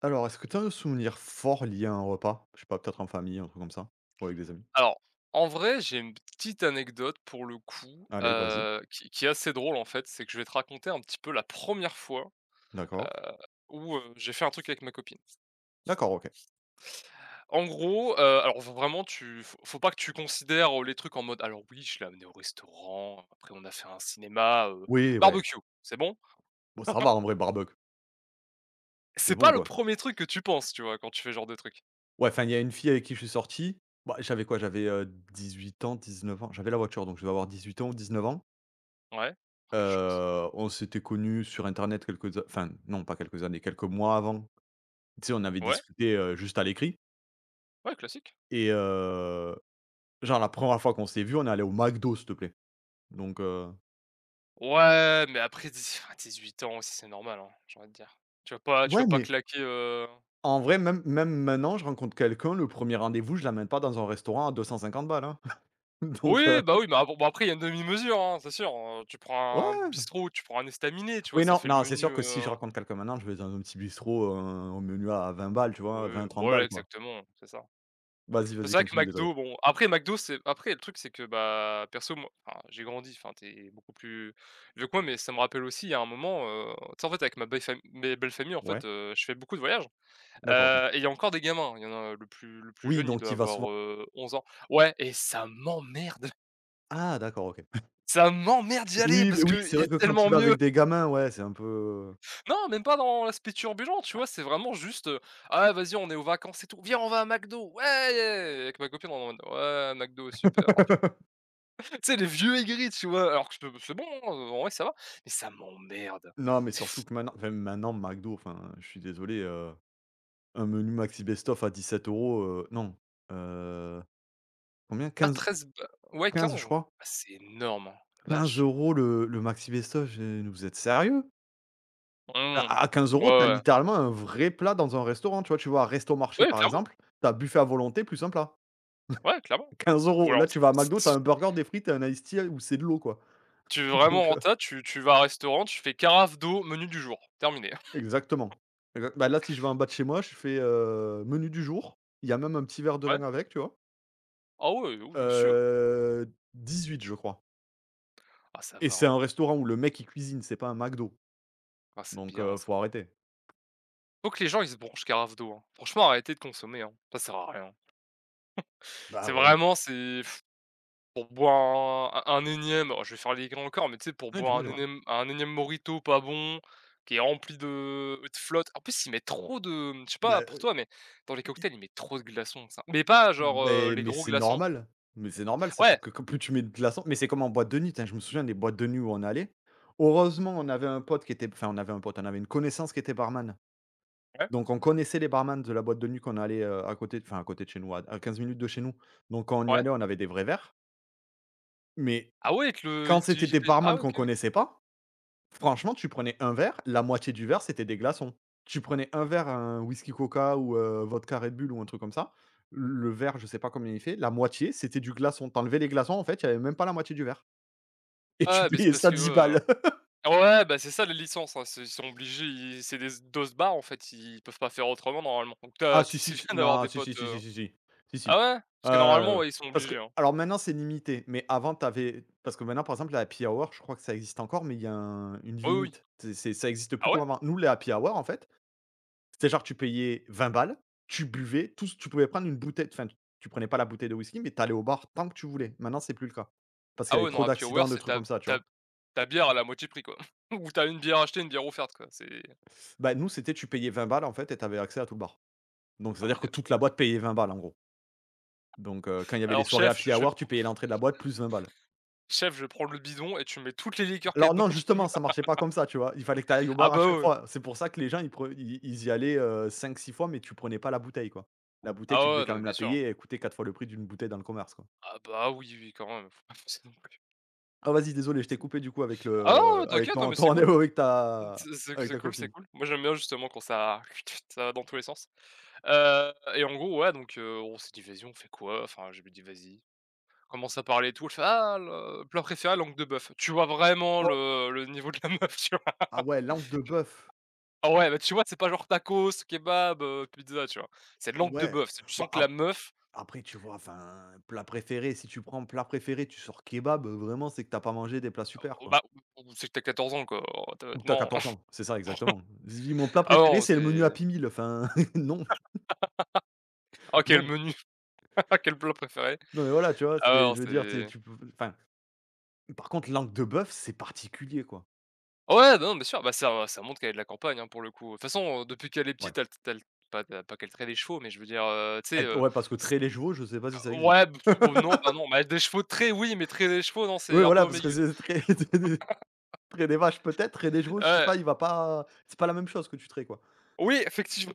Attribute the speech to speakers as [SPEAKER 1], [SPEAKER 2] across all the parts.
[SPEAKER 1] Alors, est-ce que tu as un souvenir fort lié à un repas? Je sais pas, peut-être en famille, un truc comme ça? Ou avec des amis?
[SPEAKER 2] Alors, en vrai, j'ai une petite anecdote pour le coup,
[SPEAKER 1] Allez, vas-y.
[SPEAKER 2] qui est assez drôle en fait. C'est que je vais te raconter un petit peu la première fois, heu,
[SPEAKER 1] D'accord.
[SPEAKER 2] où, j'ai fait un truc avec ma copine.
[SPEAKER 1] D'accord, OK.
[SPEAKER 2] En gros, alors v vraiment tu faut pas que tu considères, les trucs en mode: «Alors oui, je l'ai amenée au restaurant, après on a fait un cinéma,
[SPEAKER 1] Oui, ouais.
[SPEAKER 2] barbecue, c'est bon?»
[SPEAKER 1] Bon, ça va en vrai, barbecue. C'est
[SPEAKER 2] C'est pas
[SPEAKER 1] bon,
[SPEAKER 2] le
[SPEAKER 1] quoi.
[SPEAKER 2] premier truc que tu penses, tu vois, quand tu fais ce genre de truc.
[SPEAKER 1] Ouais, enfin, il y a une fille avec qui je suis sorti. Bah, j'avais quoi? J'avais, 18 ans, 19 ans. J'avais la voiture, donc je devais avoir 18 ans ou neuf ans.
[SPEAKER 2] Ouais. Oh quelle chance.
[SPEAKER 1] On s'était connus sur internet quelques a enfin, non, pas quelques années, quelques mois avant. Tu sais, on avait
[SPEAKER 2] Ouais,
[SPEAKER 1] discuté, juste à l'écrit
[SPEAKER 2] ouais classique.
[SPEAKER 1] et genre la première fois qu'on s'est vu, on est allé au McDo, s'il te plaît. Donc, heu
[SPEAKER 2] Ouais, mais après dix enfin 8 ans aussi, c'est normal, hein, j'ai envie de dire. Tu vas pas tu vas
[SPEAKER 1] ouais,
[SPEAKER 2] pas
[SPEAKER 1] mais
[SPEAKER 2] claquer,
[SPEAKER 1] en vrai, même maintenant, je rencontre quelqu'un, le premier rendez-vous, je l'amène pas dans un restaurant à 250 balles, hein. Donc, heu,
[SPEAKER 2] oui, bah, oui, mais ah, bon, bah, après il y a une demi-mesure, hein, c'est sûr, tu prends un
[SPEAKER 1] ouais,
[SPEAKER 2] bistrot, tu prends un estaminet, tu vois?
[SPEAKER 1] oui,
[SPEAKER 2] Ça
[SPEAKER 1] non,
[SPEAKER 2] fait le
[SPEAKER 1] non, c'est
[SPEAKER 2] menu,
[SPEAKER 1] sûr que si je rencontre quelqu'un maintenant, je vais dans un petit bistrot, au menu à 20 balles, tu vois?
[SPEAKER 2] oui,
[SPEAKER 1] vingt trente
[SPEAKER 2] voilà,
[SPEAKER 1] balles, quoi.
[SPEAKER 2] exactement, c'est ça.
[SPEAKER 1] Vas-y,
[SPEAKER 2] C'est
[SPEAKER 1] vas-y,
[SPEAKER 2] vrai que
[SPEAKER 1] continue, désolé.
[SPEAKER 2] McDo, bon, après McDo, c'est après le truc, c'est que, bah, perso, moi enfin, j'ai grandi, enfin, tu beaucoup plus vieux que moi, mais ça me rappelle aussi, il y a un moment, tu sais, en fait, avec ma belle famille, mes belles familles, en fait,
[SPEAKER 1] Ouais?
[SPEAKER 2] je fais beaucoup de voyages.
[SPEAKER 1] D'accord, OK.
[SPEAKER 2] Et il y a encore des gamins, il y en a le plus
[SPEAKER 1] Oui,
[SPEAKER 2] jeune, il
[SPEAKER 1] donc
[SPEAKER 2] doit
[SPEAKER 1] tu y vas souvent.
[SPEAKER 2] avoir, 11 ans. Ouais et ça m'emmerde,
[SPEAKER 1] Ah d'accord, OK.
[SPEAKER 2] ça m'emmerde d'y aller
[SPEAKER 1] Oui, mais
[SPEAKER 2] parce
[SPEAKER 1] oui,
[SPEAKER 2] que il
[SPEAKER 1] c'est
[SPEAKER 2] y a
[SPEAKER 1] vrai que quand il
[SPEAKER 2] tellement
[SPEAKER 1] va
[SPEAKER 2] mieux.
[SPEAKER 1] avec des gamins, ouais, c'est un peu.
[SPEAKER 2] Non, même pas dans l'aspect turbulent, tu vois? C'est vraiment juste, «Ah vas-y, on est aux vacances et tout, viens, on va à McDo, ouais!» Avec ma copine, on est en mode: «Ouais, McDo, super». Tu sais, les vieux aigris, tu vois? Alors que je c'est bon, hein, en vrai ça va, mais ça m'emmerde.
[SPEAKER 1] Non, mais
[SPEAKER 2] C'est
[SPEAKER 1] surtout
[SPEAKER 2] f
[SPEAKER 1] que maintenant, McDo, enfin, je suis désolé, un menu maxi best of à 17 €, non, heu, combien?
[SPEAKER 2] Pas
[SPEAKER 1] 15,
[SPEAKER 2] 13 ba ouais
[SPEAKER 1] 15, je
[SPEAKER 2] 15.
[SPEAKER 1] crois?
[SPEAKER 2] Ah c'est énorme, hein, la
[SPEAKER 1] Quinze
[SPEAKER 2] vache.
[SPEAKER 1] euros le maxi best-of? J'ai vous êtes sérieux?
[SPEAKER 2] Mmh.
[SPEAKER 1] À
[SPEAKER 2] Ouais,
[SPEAKER 1] 15 € tu
[SPEAKER 2] ouais.
[SPEAKER 1] littéralement un vrai plat dans un restaurant, tu vois? Tu vas à Resto Marché,
[SPEAKER 2] Ouais,
[SPEAKER 1] par
[SPEAKER 2] clairement,
[SPEAKER 1] exemple, t'as buffet à volonté plus un plat.
[SPEAKER 2] ouais, clairement.
[SPEAKER 1] quinze
[SPEAKER 2] Ou
[SPEAKER 1] euros
[SPEAKER 2] alors,
[SPEAKER 1] Là,
[SPEAKER 2] si
[SPEAKER 1] tu vas à McDo, t'as
[SPEAKER 2] si
[SPEAKER 1] un burger, des frites et un iced tea où c'est de l'eau, quoi.
[SPEAKER 2] tu veux vraiment
[SPEAKER 1] Donc heu
[SPEAKER 2] tu vas à un restaurant, tu fais carafe d'eau, menu du jour, terminé.
[SPEAKER 1] exactement. Exact bah, là, si je vais en bas de chez moi, je fais, menu du jour, il y a même un petit verre de
[SPEAKER 2] Ouais.
[SPEAKER 1] vin avec, tu vois?
[SPEAKER 2] Ah ouais, oui oui, monsieur.
[SPEAKER 1] 18, je crois,
[SPEAKER 2] Ah ça
[SPEAKER 1] et
[SPEAKER 2] va,
[SPEAKER 1] c'est
[SPEAKER 2] hein.
[SPEAKER 1] un restaurant où le mec, il cuisine, c'est pas un McDo,
[SPEAKER 2] Ah c'est
[SPEAKER 1] donc
[SPEAKER 2] bien
[SPEAKER 1] faut
[SPEAKER 2] ça.
[SPEAKER 1] arrêter.
[SPEAKER 2] Faut que les gens ils se branchent carafe d'eau, hein. Franchement arrêtez de consommer, hein, ça sert à rien.
[SPEAKER 1] Bah, ouais.
[SPEAKER 2] C'est pour boire un énième oh je vais faire les grands encore, mais tu sais pour
[SPEAKER 1] Ouais,
[SPEAKER 2] boire
[SPEAKER 1] dis-moi, dis-moi.
[SPEAKER 2] un énième mojito pas bon, qui est rempli de flotte. En plus ils mettent trop de, je sais pas
[SPEAKER 1] Bah,
[SPEAKER 2] pour
[SPEAKER 1] heu
[SPEAKER 2] toi, mais dans les cocktails, ils mettent trop de glaçons, ça. Mais pas genre,
[SPEAKER 1] Beh,
[SPEAKER 2] les gros glaçons.
[SPEAKER 1] mais c'est normal, c'est
[SPEAKER 2] Ouais,
[SPEAKER 1] parce que comme plus tu mets de glaçons, mais c'est comme en boîte de nuit, tain, je me souviens des boîtes de nuit où on allait. Heureusement, on avait un pote qui était enfin, on avait un pote, on avait une connaissance qui était barman.
[SPEAKER 2] ouais,
[SPEAKER 1] Donc on connaissait les barman de la boîte de nuit qu'on allait, à côté enfin à côté de chez nous, à 15 minutes de chez nous. Donc quand on y
[SPEAKER 2] ouais.
[SPEAKER 1] allait, on avait des vrais verres, mais
[SPEAKER 2] Ah ouais, ils te le
[SPEAKER 1] quand c'était
[SPEAKER 2] ils
[SPEAKER 1] des
[SPEAKER 2] te ah
[SPEAKER 1] barman
[SPEAKER 2] ouais,
[SPEAKER 1] qu'on
[SPEAKER 2] OK.
[SPEAKER 1] connaissait pas. Franchement, tu prenais un verre, la moitié du verre, c'était des glaçons. Tu prenais un verre, un whisky Coca ou vodka Red Bull ou un truc comme ça, le verre, je sais pas combien il fait, la moitié, c'était du glaçon. Tu les glaçons, en fait, il y avait même pas la moitié du verre. Et tu
[SPEAKER 2] Ouais, beh, c'est
[SPEAKER 1] payais
[SPEAKER 2] parce
[SPEAKER 1] ça
[SPEAKER 2] que,
[SPEAKER 1] 10 balles.
[SPEAKER 2] ouais, bah, c'est ça les licences, hein, c'est ils sont obligés, ils c'est des doses barres en fait, ils peuvent pas faire autrement normalement. Donc t'as
[SPEAKER 1] Ah si,
[SPEAKER 2] c'est
[SPEAKER 1] si, si,
[SPEAKER 2] bien d'avoir
[SPEAKER 1] non,
[SPEAKER 2] des
[SPEAKER 1] si, si,
[SPEAKER 2] potes,
[SPEAKER 1] si, si, si, si, si,
[SPEAKER 2] ah
[SPEAKER 1] si.
[SPEAKER 2] ouais? Parce que normalement,
[SPEAKER 1] Heu,
[SPEAKER 2] ouais, ils sont
[SPEAKER 1] parce que
[SPEAKER 2] obligés, hein.
[SPEAKER 1] alors maintenant, c'est limité, mais avant, t'avais parce que maintenant, par exemple, la happy hour, je crois que ça existe encore, mais il y a un une
[SPEAKER 2] Oui, oui.
[SPEAKER 1] limite. C'est ça existe
[SPEAKER 2] Ah
[SPEAKER 1] plus
[SPEAKER 2] ouais?
[SPEAKER 1] comme avant. Nous, les happy hour, en fait c'était genre tu payais 20 balles, tu buvais, tout ce tu pouvais prendre une bouteille enfin tu prenais pas la bouteille de whisky, mais t'allais au bar tant que tu voulais. Maintenant, c'est plus le cas. Parce qu'il y
[SPEAKER 2] Ah
[SPEAKER 1] avait
[SPEAKER 2] ouais, non,
[SPEAKER 1] trop
[SPEAKER 2] Happy Hour,
[SPEAKER 1] d'accidents, de
[SPEAKER 2] c'est
[SPEAKER 1] trucs comme ça, tu vois?
[SPEAKER 2] ta bière, à la moitié prix, quoi. Ou t'as une bière achetée, une bière offerte, quoi. C'est
[SPEAKER 1] Bah, nous, c'était tu payais 20 balles en fait et t'avais accès à tout le bar. Donc
[SPEAKER 2] Ah oui,
[SPEAKER 1] c'est-à-dire que
[SPEAKER 2] d'a
[SPEAKER 1] toute la boîte payait 20 balles en gros. Donc quand il y avait les
[SPEAKER 2] alors
[SPEAKER 1] soirées
[SPEAKER 2] chef,
[SPEAKER 1] happy hour, tu payais l'entrée de la boîte plus 20 balles.
[SPEAKER 2] je vais prendre le bidon et tu mets toutes les liqueurs qu'il y a
[SPEAKER 1] Alors
[SPEAKER 2] dedans,
[SPEAKER 1] non,
[SPEAKER 2] tu me.
[SPEAKER 1] justement, ça marchait pas comme ça, tu vois? Il fallait que t'ailles au
[SPEAKER 2] Ah
[SPEAKER 1] bar à
[SPEAKER 2] bah,
[SPEAKER 1] chaque
[SPEAKER 2] ouais.
[SPEAKER 1] fois. C'est pour ça que les gens, ils pre ils ils y allaient, cinq six fois, mais tu prenais pas la bouteille, quoi. La bouteille,
[SPEAKER 2] Ah
[SPEAKER 1] tu devais
[SPEAKER 2] ouais, non,
[SPEAKER 1] quand
[SPEAKER 2] mais
[SPEAKER 1] même
[SPEAKER 2] bien
[SPEAKER 1] la
[SPEAKER 2] sûr.
[SPEAKER 1] payer et elle coûtait 4 fois le prix d'une bouteille dans le commerce, quoi.
[SPEAKER 2] Ah bah, oui, oui, quand même, faut pas forcer non plus.
[SPEAKER 1] Ah vas-y, désolé, je t'ai coupé du coup avec
[SPEAKER 2] Ah non,
[SPEAKER 1] le avec
[SPEAKER 2] t'inquiète, non,
[SPEAKER 1] ton
[SPEAKER 2] mais c'est cool.
[SPEAKER 1] rendez-vous
[SPEAKER 2] Mmh, C'est
[SPEAKER 1] avec ta
[SPEAKER 2] cool, c'est
[SPEAKER 1] copine.
[SPEAKER 2] cool. Moi, j'aime bien justement quand ça ça va dans tous les sens. Et en gros, ouais, donc on s'est dit: «Vas-y, on fait quoi?» Enfin, je lui dis: «Vas-y». Commence à parler et tout, elle fait: «Ah, le plat préféré, langue de bœuf». Tu vois vraiment
[SPEAKER 1] Oh,
[SPEAKER 2] le niveau de la meuf, tu vois?
[SPEAKER 1] ah ouais, langue de bœuf.
[SPEAKER 2] Ah ouais, bah, tu vois, c'est pas genre tacos, kebab, pizza, tu vois? C'est de langue de
[SPEAKER 1] Ouais.
[SPEAKER 2] bœuf, c'est tu sens
[SPEAKER 1] Bah,
[SPEAKER 2] que
[SPEAKER 1] ap
[SPEAKER 2] la meuf,
[SPEAKER 1] après, tu vois, enfin, plat préféré, si tu prends plat préféré, tu sors kebab, vraiment, c'est que t'as pas mangé des plats super,
[SPEAKER 2] oh,
[SPEAKER 1] quoi.
[SPEAKER 2] bah, oh, c'est que t'as as 14 ans, quoi,
[SPEAKER 1] Ou que
[SPEAKER 2] honnêtement.
[SPEAKER 1] tu as ans, c'est ça exactement. Je dis: «Mon plat
[SPEAKER 2] Ah
[SPEAKER 1] préféré,
[SPEAKER 2] non,
[SPEAKER 1] c'est le menu
[SPEAKER 2] c'est
[SPEAKER 1] Happy Meal», enfin non,
[SPEAKER 2] ah Quel
[SPEAKER 1] non.
[SPEAKER 2] menu, quel plat préféré.
[SPEAKER 1] Non, mais voilà, tu vois?
[SPEAKER 2] Ah
[SPEAKER 1] C'est
[SPEAKER 2] non,
[SPEAKER 1] je veux dire,
[SPEAKER 2] c'est
[SPEAKER 1] tu peux enfin, par contre, langue de bœuf, c'est particulier, quoi.
[SPEAKER 2] Ouais, bah non, bien sûr, bah, ça montre qu'elle est de la campagne, hein, pour le coup. De toute façon, depuis qu'elle est
[SPEAKER 1] Ouais.
[SPEAKER 2] petite, elle elle pas pas qu'elle traite des chevaux, mais je veux dire, tu sais,
[SPEAKER 1] Et ouais, parce que
[SPEAKER 2] c
[SPEAKER 1] traits les chevaux, je sais pas si ça existe.
[SPEAKER 2] ouais, b bon, non, bah, non, bah, des chevaux de trait, oui, mais traîner des chevaux, non, c'est
[SPEAKER 1] Oui,
[SPEAKER 2] un peu
[SPEAKER 1] voilà, parce que
[SPEAKER 2] embellu.
[SPEAKER 1] c'est très. Traire des vaches peut-être, traire des chevaux, je sais
[SPEAKER 2] Heu,
[SPEAKER 1] pas, il va pas c'est pas la même chose que tu traites, quoi.
[SPEAKER 2] oui, effectivement,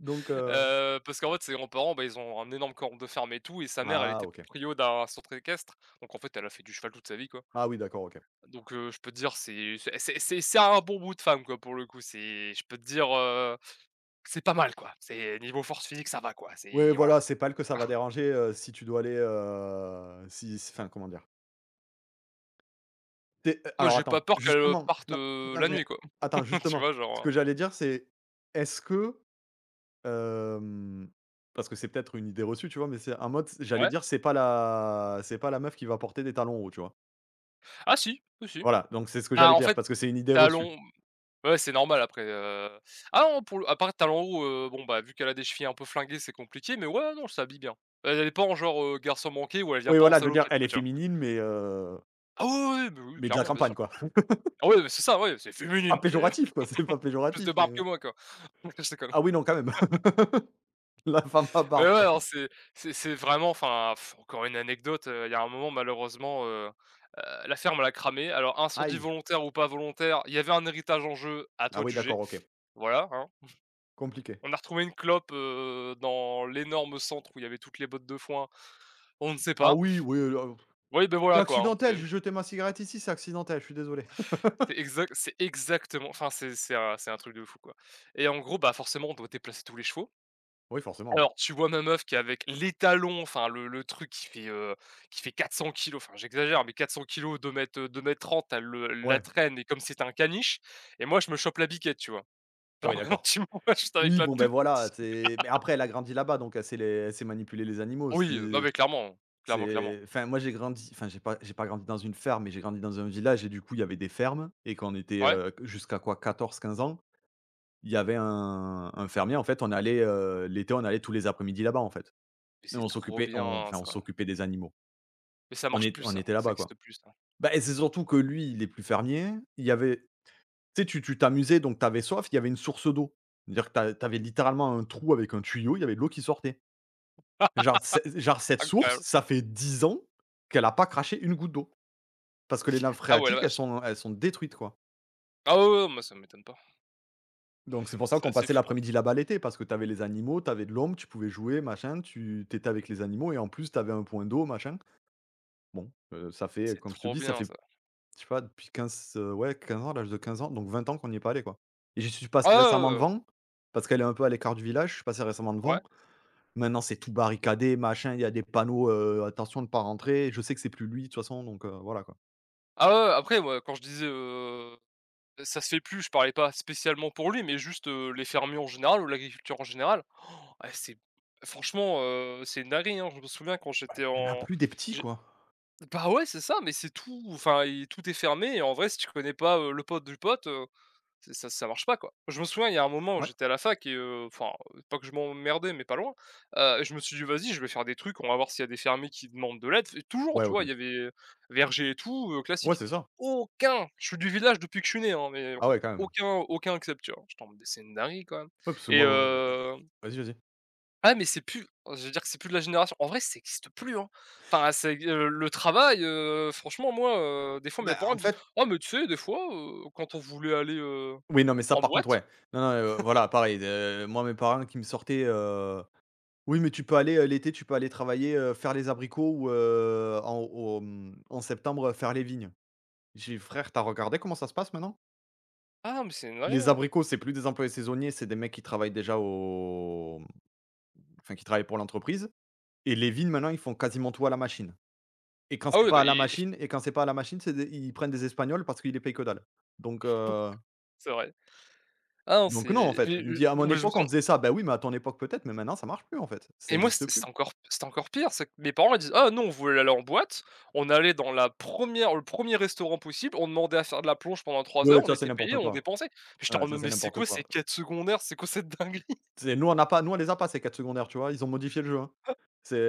[SPEAKER 1] Donc heu
[SPEAKER 2] parce qu'en fait, ses grands-parents, bah, ils ont un énorme corps de ferme et tout et sa mère, elle
[SPEAKER 1] ah
[SPEAKER 2] était
[SPEAKER 1] OK.
[SPEAKER 2] proprio d'un centre équestre, donc en fait, elle a fait du cheval toute sa vie, quoi,
[SPEAKER 1] Ah oui, d'accord, OK.
[SPEAKER 2] donc je peux te dire, c'est un bon bout de femme, quoi, pour le coup. C'est je peux te dire, c'est pas mal, quoi. C'est niveau force physique, ça va, quoi.
[SPEAKER 1] Ouais,
[SPEAKER 2] C'est voilà.
[SPEAKER 1] voilà, c'est pas elle que ça va déranger, si tu dois aller, si s enfin, comment dire? Tu es
[SPEAKER 2] Moi,
[SPEAKER 1] alors
[SPEAKER 2] j'ai pas
[SPEAKER 1] attends,
[SPEAKER 2] peur qu'elle,
[SPEAKER 1] justement,
[SPEAKER 2] parte,
[SPEAKER 1] non, non,
[SPEAKER 2] la
[SPEAKER 1] mais
[SPEAKER 2] nuit, quoi.
[SPEAKER 1] attends,
[SPEAKER 2] Tu
[SPEAKER 1] justement,
[SPEAKER 2] vois?
[SPEAKER 1] ce
[SPEAKER 2] Genre,
[SPEAKER 1] que j'allais dire, c'est est-ce que, hem, parce que c'est peut-être une idée reçue, tu vois? Mais c'est en mode, j'allais
[SPEAKER 2] ouais.
[SPEAKER 1] dire, c'est pas la meuf qui va porter des talons hauts, tu vois?
[SPEAKER 2] Ah si, si, si.
[SPEAKER 1] Voilà, donc c'est ce que
[SPEAKER 2] Bah,
[SPEAKER 1] j'allais
[SPEAKER 2] en
[SPEAKER 1] dire,
[SPEAKER 2] fait,
[SPEAKER 1] parce que c'est une idée reçue.
[SPEAKER 2] talons ouais, c'est normal après, ah non, pour le à part talons hauts, bon, bah, vu qu'elle a des chevilles un peu flinguées, c'est compliqué, mais ouais, non, elle s'habille bien. Elle est pas en genre, garçon manqué ou elle vient
[SPEAKER 1] Oui,
[SPEAKER 2] pas en
[SPEAKER 1] voilà, je veux dire,
[SPEAKER 2] salopette,
[SPEAKER 1] elle
[SPEAKER 2] quoi,
[SPEAKER 1] est
[SPEAKER 2] tu vois?
[SPEAKER 1] féminine, mais
[SPEAKER 2] Ah oui, oui, oui, bah, oui,
[SPEAKER 1] mais de la
[SPEAKER 2] clairement, bien sûr.
[SPEAKER 1] campagne, quoi.
[SPEAKER 2] Ah ouais, mais c'est ça, ouais, c'est
[SPEAKER 1] Pas
[SPEAKER 2] féminine, c'est
[SPEAKER 1] péjoratif, quoi, c'est pas
[SPEAKER 2] plus
[SPEAKER 1] péjoratif,
[SPEAKER 2] de barbe
[SPEAKER 1] mais
[SPEAKER 2] que
[SPEAKER 1] heu
[SPEAKER 2] moi, quoi. Je déconne.
[SPEAKER 1] ah oui, non, quand même, la femme à
[SPEAKER 2] Ouais,
[SPEAKER 1] barbe,
[SPEAKER 2] ouais,
[SPEAKER 1] quoi.
[SPEAKER 2] alors c'est vraiment enfin, pff, encore une anecdote, il y a un moment malheureusement, la ferme l'a a cramé. Alors incendie
[SPEAKER 1] Aïe!
[SPEAKER 2] volontaire ou pas volontaire, il y avait un héritage en jeu, à
[SPEAKER 1] Ah
[SPEAKER 2] toi de
[SPEAKER 1] oui,
[SPEAKER 2] juger,
[SPEAKER 1] d'accord, OK.
[SPEAKER 2] voilà, hein.
[SPEAKER 1] Compliqué.
[SPEAKER 2] On a retrouvé une clope, dans l'énorme centre où il y avait toutes les bottes de foin, on ne sait
[SPEAKER 1] Ah
[SPEAKER 2] pas.
[SPEAKER 1] oui, oui,
[SPEAKER 2] Oui, ben
[SPEAKER 1] c'est
[SPEAKER 2] voilà quoi, hein,
[SPEAKER 1] accidentel, j'ai jeté ma cigarette ici, c'est accidentel, je suis désolé.
[SPEAKER 2] c'est exactement enfin c'est un truc de fou, quoi. Et en gros, bah, forcément on doit déplacer tous les chevaux.
[SPEAKER 1] Oui, forcément,
[SPEAKER 2] Alors, tu vois ma meuf qui est avec les talons, enfin le truc qui fait 400 kilos, enfin j'exagère, mais 400 kilos 2 m, 2 m 30, elle la
[SPEAKER 1] ouais.
[SPEAKER 2] traîne et comme c'est un caniche et moi je me chope la biquette, tu vois?
[SPEAKER 1] Ah
[SPEAKER 2] Genre
[SPEAKER 1] oui,
[SPEAKER 2] vraiment
[SPEAKER 1] d'accord.
[SPEAKER 2] tu me vois juste avec
[SPEAKER 1] Oui,
[SPEAKER 2] la
[SPEAKER 1] bon, ben,
[SPEAKER 2] toute.
[SPEAKER 1] voilà, c'est mais après elle a grandi là-bas, donc elle sait manipuler les animaux,
[SPEAKER 2] Oui,
[SPEAKER 1] c'est
[SPEAKER 2] non mais clairement, clairement, clairement.
[SPEAKER 1] c'est enfin, moi, j'ai grandi enfin, j'ai pas grandi dans une ferme, mais j'ai grandi dans un village et du coup, il y avait des fermes et quand on était,
[SPEAKER 2] Ouais?
[SPEAKER 1] jusqu'à quoi, 14 15 ans. Il y avait un fermier, en fait, on allait, l'été, on allait tous les après-midi là-bas, en fait,
[SPEAKER 2] Mais
[SPEAKER 1] et
[SPEAKER 2] c'est
[SPEAKER 1] on
[SPEAKER 2] trop
[SPEAKER 1] s'occupait on
[SPEAKER 2] bien
[SPEAKER 1] enfin, on
[SPEAKER 2] ça.
[SPEAKER 1] s'occupait des animaux.
[SPEAKER 2] Mais ça marche plus
[SPEAKER 1] On
[SPEAKER 2] ça,
[SPEAKER 1] était
[SPEAKER 2] ça
[SPEAKER 1] là-bas, quoi.
[SPEAKER 2] existe plus ça.
[SPEAKER 1] Bah et c'est surtout que lui, il est plus fermier, il y avait tu sais, tu t'amusais, donc t'avais soif, il y avait une source d'eau. C'est-à-dire que tu a littéralement un trou avec un tuyau, il y avait de l'eau qui sortait. Genre cette source,
[SPEAKER 2] Incroyable.
[SPEAKER 1] ça fait 10 ans qu'elle a pas craché une goutte d'eau parce que les nappes
[SPEAKER 2] Ah ouais
[SPEAKER 1] phréatiques,
[SPEAKER 2] la vache.
[SPEAKER 1] elles sont détruites, quoi.
[SPEAKER 2] Ah ouais, ouais, moi ça m'étonne pas.
[SPEAKER 1] Donc c'est pour ça
[SPEAKER 2] C'est
[SPEAKER 1] qu'on
[SPEAKER 2] assez
[SPEAKER 1] passait
[SPEAKER 2] fou, hein.
[SPEAKER 1] l'après-midi là-bas l'été, parce que tu avais les animaux, tu avais de l'ombre, tu pouvais jouer, machin, tu t'étais avec les animaux et en plus tu avais un point d'eau, machin. Bon, ça fait,
[SPEAKER 2] C'est
[SPEAKER 1] comme je te
[SPEAKER 2] trop
[SPEAKER 1] dis, ça
[SPEAKER 2] bien
[SPEAKER 1] fait,
[SPEAKER 2] ça.
[SPEAKER 1] je sais pas, depuis 15 ouais, 15 ans, l'âge de 15 ans, donc 20 ans qu'on n'y est pas allé, quoi. Et j'y suis passé
[SPEAKER 2] Ah ouais,
[SPEAKER 1] récemment
[SPEAKER 2] ouais, ouais.
[SPEAKER 1] devant, parce qu'elle est un peu à l'écart du village, je suis passé récemment
[SPEAKER 2] Ouais.
[SPEAKER 1] devant. Maintenant, c'est tout barricadé, machin, il y a des panneaux, attention de ne pas rentrer. Je sais que c'est plus lui de toute façon, donc voilà, quoi.
[SPEAKER 2] Ah ouais, ouais, après, ouais, quand je disais, ça se fait plus, je parlais pas spécialement pour lui, mais juste, les fermiers en général ou l'agriculture en général. Ah c'est Franchement, c'est une dinguerie, hein. Je me souviens quand
[SPEAKER 1] Ouais.
[SPEAKER 2] j'étais
[SPEAKER 1] Tu as
[SPEAKER 2] en
[SPEAKER 1] plus des petits,
[SPEAKER 2] j'ai
[SPEAKER 1] quoi.
[SPEAKER 2] bah ouais, c'est ça, mais c'est tout, enfin, il tout est fermé et en vrai, si tu connais pas, le pote du pote, c'est ça ça marche pas, quoi. Je me souviens, il y a un moment, où
[SPEAKER 1] Ouais.
[SPEAKER 2] j'étais à la fac et enfin, pas que je m'emmerdais, mais pas loin, je me suis dit: «Vas-y, je vais faire des trucs, on va voir s'il y a des fermiers qui demandent de l'aide» et toujours,
[SPEAKER 1] Ouais,
[SPEAKER 2] tu
[SPEAKER 1] OK.
[SPEAKER 2] vois, il y avait, verger et tout,
[SPEAKER 1] Ouais,
[SPEAKER 2] classique.
[SPEAKER 1] c'est ça.
[SPEAKER 2] Aucun! Je suis du village depuis que je suis né, hein, mais
[SPEAKER 1] Ah ouais, quand même.
[SPEAKER 2] aucun accepte, tu vois? J'étais en mode: «Mais c'est une dinguerie, quand même»
[SPEAKER 1] Ouais, parce que
[SPEAKER 2] et
[SPEAKER 1] moi, vas-y, vas-y.
[SPEAKER 2] mais c'est plus je veux dire que c'est plus de la génération en vrai, ça existe plus, hein. Enfin, ça ex le travail, franchement, moi, des fois, mes
[SPEAKER 1] Bah,
[SPEAKER 2] parents
[SPEAKER 1] en
[SPEAKER 2] me disent:
[SPEAKER 1] fait
[SPEAKER 2] «Ah, mais tu sais, des fois, quand on voulait aller,
[SPEAKER 1] oui, non, mais ça,
[SPEAKER 2] en
[SPEAKER 1] par contre,
[SPEAKER 2] boîte».
[SPEAKER 1] ouais. Non, non, voilà, pareil, moi, mes parents qui me sortaient, «Oui, mais tu peux aller, l'été, tu peux aller travailler, faire les abricots ou en au mmh, en septembre, faire les vignes». J'ai dit: «Frère, t'as regardé comment ça se passe maintenant?»
[SPEAKER 2] Ah non, mais c'est une dinguerie,
[SPEAKER 1] Les
[SPEAKER 2] hein.
[SPEAKER 1] abricots, c'est plus des employés saisonniers, c'est des mecs qui travaillent déjà au, enfin, qui travaillent pour l'entreprise et les vignes, maintenant, ils font quasiment tout à la machine et
[SPEAKER 2] Ah oui, bah i
[SPEAKER 1] quand c'est pas à la machine, c'est des ils prennent des Espagnols parce qu'ils les payent que dalle, donc heu.
[SPEAKER 2] c'est vrai. Ah non,
[SPEAKER 1] Donc non, en
[SPEAKER 2] c'est
[SPEAKER 1] fait.
[SPEAKER 2] Et
[SPEAKER 1] Il me dit: «À mon
[SPEAKER 2] moi je me
[SPEAKER 1] époque, on
[SPEAKER 2] souviens.
[SPEAKER 1] faisait ça». Ben oui, mais à ton époque peut-être, mais maintenant ça marche plus en fait. Ça
[SPEAKER 2] Et moi
[SPEAKER 1] existe plus.
[SPEAKER 2] c'était encore pire, c'est que mes parents ils disent: «Ah non on voulait aller en boîte, on allait dans la première le premier restaurant possible, on demandait à faire de la plonge pendant 3 heures,
[SPEAKER 1] Ouais,
[SPEAKER 2] on
[SPEAKER 1] ça c'est
[SPEAKER 2] était payé.
[SPEAKER 1] n'importe
[SPEAKER 2] On
[SPEAKER 1] quoi.
[SPEAKER 2] dépensait». Mais j'étais
[SPEAKER 1] Ouais,
[SPEAKER 2] en
[SPEAKER 1] ça
[SPEAKER 2] mode:
[SPEAKER 1] c'est
[SPEAKER 2] «Mais c'est
[SPEAKER 1] n'importe
[SPEAKER 2] quoi ces
[SPEAKER 1] quoi.
[SPEAKER 2] quêtes secondaires? C'est quoi cette dinguerie?»
[SPEAKER 1] C'est nous, on n'a pas on les a pas ces quêtes secondaires, tu vois? Ils ont modifié le jeu, hein.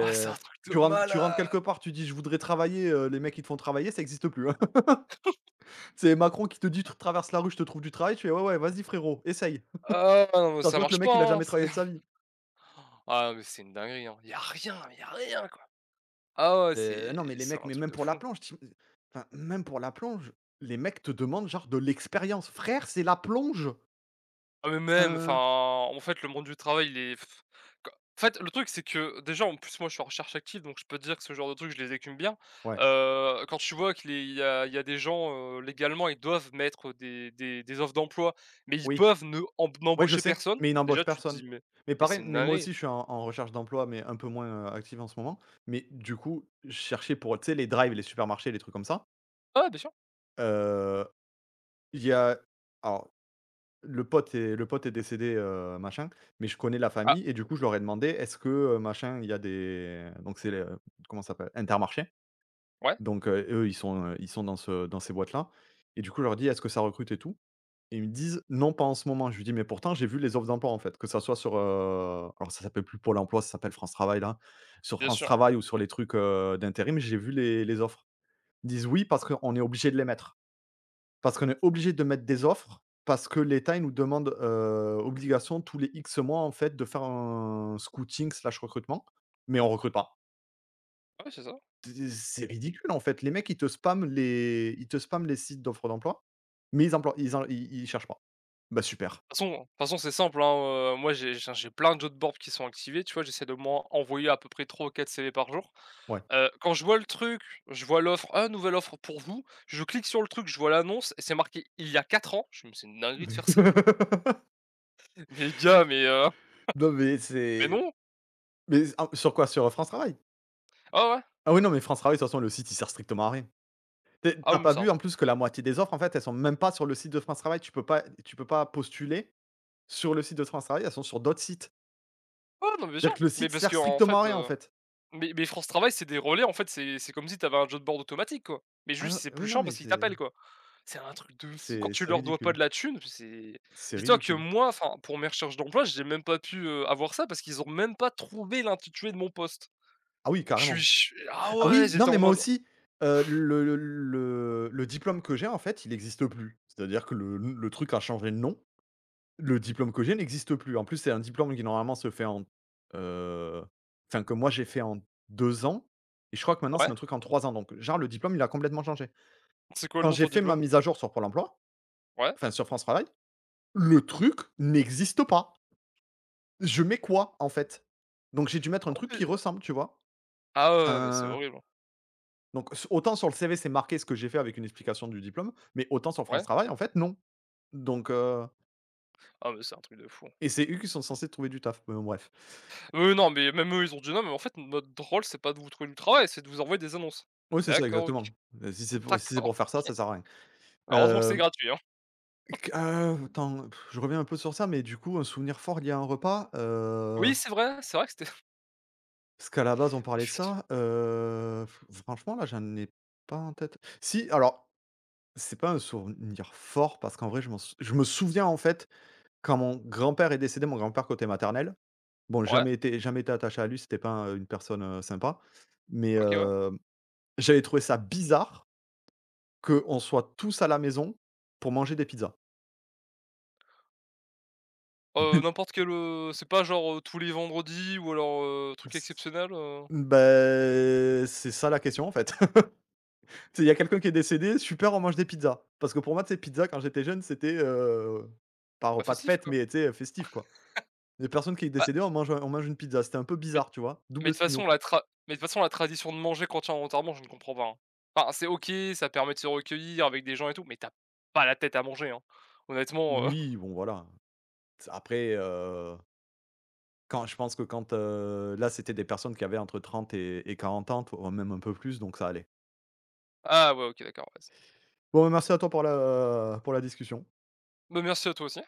[SPEAKER 2] Ah c'est un
[SPEAKER 1] tu
[SPEAKER 2] truc de
[SPEAKER 1] rentres tu rentres quelque
[SPEAKER 2] malade!
[SPEAKER 1] part, tu dis: «Je voudrais travailler», les mecs ils te font travailler, ça existe plus, hein. C'est Macron qui te dit: «Tu traverses la rue, je te trouve du travail». Tu fais: «Ouais, ouais, vas-y frérot, essaye».
[SPEAKER 2] Ah non, mais
[SPEAKER 1] Ça se
[SPEAKER 2] ça
[SPEAKER 1] voit que le
[SPEAKER 2] marche
[SPEAKER 1] mec il a
[SPEAKER 2] pas, hein,
[SPEAKER 1] jamais
[SPEAKER 2] c'est
[SPEAKER 1] travaillé de sa vie.
[SPEAKER 2] ah mais c'est une dinguerie, hein. Y a rien, y a rien, quoi. Ah ouais, c'est
[SPEAKER 1] Non, mais les
[SPEAKER 2] c'est
[SPEAKER 1] mecs,
[SPEAKER 2] un
[SPEAKER 1] mais
[SPEAKER 2] truc
[SPEAKER 1] même
[SPEAKER 2] de
[SPEAKER 1] pour la
[SPEAKER 2] fou.
[SPEAKER 1] plonge, même pour la plonge, les mecs te demandent genre de l'expérience. Frère, c'est la plonge!
[SPEAKER 2] Ah mais même, enfin,
[SPEAKER 1] Enfin,
[SPEAKER 2] en fait, le monde du travail, il est pff, qu en fait, le truc, c'est que déjà, en plus, moi, je suis en recherche active, donc je peux te dire que ce genre de trucs, je les écume bien.
[SPEAKER 1] ouais.
[SPEAKER 2] Quand tu vois qu'il y a il y a des gens, légalement, ils doivent mettre des offres d'emploi, mais ils
[SPEAKER 1] Oui.
[SPEAKER 2] peuvent ne emb
[SPEAKER 1] Ouais, je
[SPEAKER 2] n'embaucher
[SPEAKER 1] sais,
[SPEAKER 2] personne.
[SPEAKER 1] mais ils
[SPEAKER 2] Déjà,
[SPEAKER 1] n'embauchent
[SPEAKER 2] tu te
[SPEAKER 1] personne.
[SPEAKER 2] dis: «Mais
[SPEAKER 1] Mais
[SPEAKER 2] c'est
[SPEAKER 1] pareil,
[SPEAKER 2] une
[SPEAKER 1] mais moi
[SPEAKER 2] dinguerie».
[SPEAKER 1] aussi, je suis en recherche d'emploi, mais un peu moins, active en ce moment. Mais du coup, je cherchais pour, tu sais, les drives, les supermarchés, les trucs comme ça.
[SPEAKER 2] Ah, bien sûr.
[SPEAKER 1] Heu, il y a alors Le pote est décédé, machin, mais je connais la
[SPEAKER 2] Ah,
[SPEAKER 1] famille et du coup, je leur ai demandé: «Est-ce que, machin, il y a des». Donc c'est le Comment ça s'appelle? Intermarché.
[SPEAKER 2] ouais,
[SPEAKER 1] Donc, eux, ils sont dans ces boîtes-là, et du coup, je leur dis: «Est-ce que ça recrute et tout?» Et ils me disent: «Non, pas en ce moment». Je lui dis: «Mais pourtant, j'ai vu les offres d'emploi, en fait», que ça soit sur, ça s'appelle plus Pôle emploi, ça s'appelle France Travail, là. Sur
[SPEAKER 2] bien
[SPEAKER 1] France
[SPEAKER 2] sûr.
[SPEAKER 1] Travail ou sur les trucs, d'intérim, j'ai vu les offres. Ils disent: «Oui, parce qu'on est obligé de les mettre. Parce qu'on est obligé de mettre des offres, parce que l'État, il nous demande, obligation tous les X mois, en fait, de faire un scouting/recrutement, mais on recrute pas».
[SPEAKER 2] Ouais, c'est ça.
[SPEAKER 1] C'est ridicule, en fait. Les mecs, ils te spamment les sites d'offres d'emploi, mais ils emploient ils en ils ils cherchent pas. Bah, super,
[SPEAKER 2] De toute façon, c'est simple, hein, moi, j'ai plein de job boards qui sont activés, tu vois? J'essaie de moins envoyer à peu près 3 ou 4 CV par jour.
[SPEAKER 1] ouais.
[SPEAKER 2] Quand je vois le truc, je vois l'offre: «Ah, nouvelle offre pour vous». Je clique sur le truc, je vois l'annonce et c'est marqué: «Il y a 4 ans». Je me dis: «C'est une dinguerie de faire ça». Mais gars,
[SPEAKER 1] Non, mais
[SPEAKER 2] mais
[SPEAKER 1] c'est
[SPEAKER 2] non.
[SPEAKER 1] mais ah, sur quoi? Sur, France Travail?
[SPEAKER 2] Ah ouais.
[SPEAKER 1] Ah oui, non, mais France Travail, de toute façon, le site, il sert strictement à rien. Tu sais,
[SPEAKER 2] Ah ouais. mais
[SPEAKER 1] pas
[SPEAKER 2] c'est un
[SPEAKER 1] vu, en
[SPEAKER 2] truc
[SPEAKER 1] plus, que la moitié des offres, en fait, elles sont même pas sur le site de France Travail. Tu peux pas postuler sur le site de France Travail, elles sont sur d'autres sites.
[SPEAKER 2] Ouais, non, mais bien sûr.
[SPEAKER 1] C'est-à-dire que le
[SPEAKER 2] Mais
[SPEAKER 1] site
[SPEAKER 2] parce
[SPEAKER 1] sert
[SPEAKER 2] que en
[SPEAKER 1] strictement à
[SPEAKER 2] fait,
[SPEAKER 1] rien, en fait.
[SPEAKER 2] mais France Travail, c'est des relais, en fait, c'est comme si t'avais un job board automatique, quoi. Mais juste,
[SPEAKER 1] Ah
[SPEAKER 2] c'est plus
[SPEAKER 1] oui, non,
[SPEAKER 2] chiant
[SPEAKER 1] mais
[SPEAKER 2] parce qu'ils
[SPEAKER 1] c'est
[SPEAKER 2] t'appellent, quoi. C'est un truc de fou quand
[SPEAKER 1] c'est
[SPEAKER 2] tu
[SPEAKER 1] c'est
[SPEAKER 2] leur dois pas
[SPEAKER 1] ridicule.
[SPEAKER 2] de la thune, c'est
[SPEAKER 1] C'est
[SPEAKER 2] dis-toi que
[SPEAKER 1] ridicule.
[SPEAKER 2] moi, enfin, pour mes recherches d'emploi, j'ai même pas pu, avoir ça parce qu'ils ont même pas trouvé l'intitulé de mon poste.
[SPEAKER 1] Ah oui,
[SPEAKER 2] Je suis
[SPEAKER 1] carrément.
[SPEAKER 2] ch Ah
[SPEAKER 1] Ah
[SPEAKER 2] ouais,
[SPEAKER 1] oui, non,
[SPEAKER 2] j'étais
[SPEAKER 1] mais
[SPEAKER 2] en
[SPEAKER 1] moi
[SPEAKER 2] mode.
[SPEAKER 1] aussi, le diplôme que j'ai, en fait, il existe plus. C'est-à-dire que le truc a changé de nom. Le diplôme que j'ai n'existe plus. En plus, c'est un diplôme qui normalement se fait en, heu, que moi j'ai fait en 2 ans, et je crois que maintenant c'est
[SPEAKER 2] Ouais?
[SPEAKER 1] un truc en 3 ans, donc genre le diplôme il a complètement changé.
[SPEAKER 2] C'est quoi le
[SPEAKER 1] Quand
[SPEAKER 2] nom de
[SPEAKER 1] j'ai
[SPEAKER 2] ton
[SPEAKER 1] fait ma
[SPEAKER 2] diplôme?
[SPEAKER 1] mise à jour sur Pôle emploi,
[SPEAKER 2] Ouais?
[SPEAKER 1] enfin sur France Travail, le truc n'existe pas. Je mets quoi en fait? Donc j'ai dû mettre un
[SPEAKER 2] En
[SPEAKER 1] truc qui
[SPEAKER 2] plus
[SPEAKER 1] ressemble, tu vois?
[SPEAKER 2] Ah ouais, ouais, mais c'est
[SPEAKER 1] Enfin,
[SPEAKER 2] horrible, hein.
[SPEAKER 1] donc s autant sur le CV c'est marqué ce que j'ai fait avec une explication du diplôme, mais autant sur France
[SPEAKER 2] Ouais?
[SPEAKER 1] Travail en fait non. Donc heu
[SPEAKER 2] Ah mais c'est un truc de fou, hein.
[SPEAKER 1] et c'est eux qui sont censés trouver du taf. Mais bon bref.
[SPEAKER 2] Eux, non, mais même eux, ils ont dit: «Non, mais en fait, notre rôle, c'est pas de vous trouver du travail, c'est de vous envoyer des annonces».
[SPEAKER 1] Oui, c'est ça,
[SPEAKER 2] D'accord, OK.
[SPEAKER 1] exactement. Si c'est pour si c'est
[SPEAKER 2] D'accord.
[SPEAKER 1] pour faire ça, ça sert à rien.
[SPEAKER 2] Heureusement que c'est
[SPEAKER 1] Hem,
[SPEAKER 2] gratuit, hein.
[SPEAKER 1] Attends, je reviens un peu sur ça, mais du coup, un souvenir fort lié à un repas,
[SPEAKER 2] Oui, c'est vrai que c'était
[SPEAKER 1] parce qu'à la base, on parlait de
[SPEAKER 2] effecti
[SPEAKER 1] ça, f franchement, là, j'en ai pas en tête. Si, alors, c'est pas un souvenir fort parce qu'en vrai, je me souviens, en fait, quand mon grand-père est décédé, mon grand-père côté maternel. Bon,
[SPEAKER 2] ouais,
[SPEAKER 1] jamais été attaché à lui, c'était pas un une personne, sympa, mais
[SPEAKER 2] OK, ouais.
[SPEAKER 1] j'avais trouvé ça bizarre qu'on soit tous à la maison pour manger des pizzas.
[SPEAKER 2] N'importe quel, c'est pas genre, tous les vendredis ou alors, truc exceptionnel,
[SPEAKER 1] Ben c'est ça la question en fait. C'est il y a quelqu'un qui est décédé, super, on mange des pizzas. Parce que pour moi, tu sais, pizza quand j'étais jeune, c'était, pas
[SPEAKER 2] bah,
[SPEAKER 1] repas de
[SPEAKER 2] festif,
[SPEAKER 1] fête,
[SPEAKER 2] quoi.
[SPEAKER 1] mais tu sais, festif quoi. Les personnes qui est
[SPEAKER 2] Bah,
[SPEAKER 1] décédée, on mange une pizza, c'était un peu bizarre, tu vois? Double signaux.
[SPEAKER 2] De toute façon la tradition de manger continentalement, je ne comprends pas, hein. Enfin, c'est OK, ça permet de se recueillir avec des gens et tout, mais t'as pas la tête à manger, hein. Honnêtement,
[SPEAKER 1] Oui, bon voilà. Après, quand je pense que quand, là, c'était des personnes qui avaient entre 30 et 40 ans, t même un peu plus, donc ça allait.
[SPEAKER 2] ah ouais, OK, d'accord, vas
[SPEAKER 1] Bon, merci à toi pour la discussion.
[SPEAKER 2] bah, merci à toi aussi.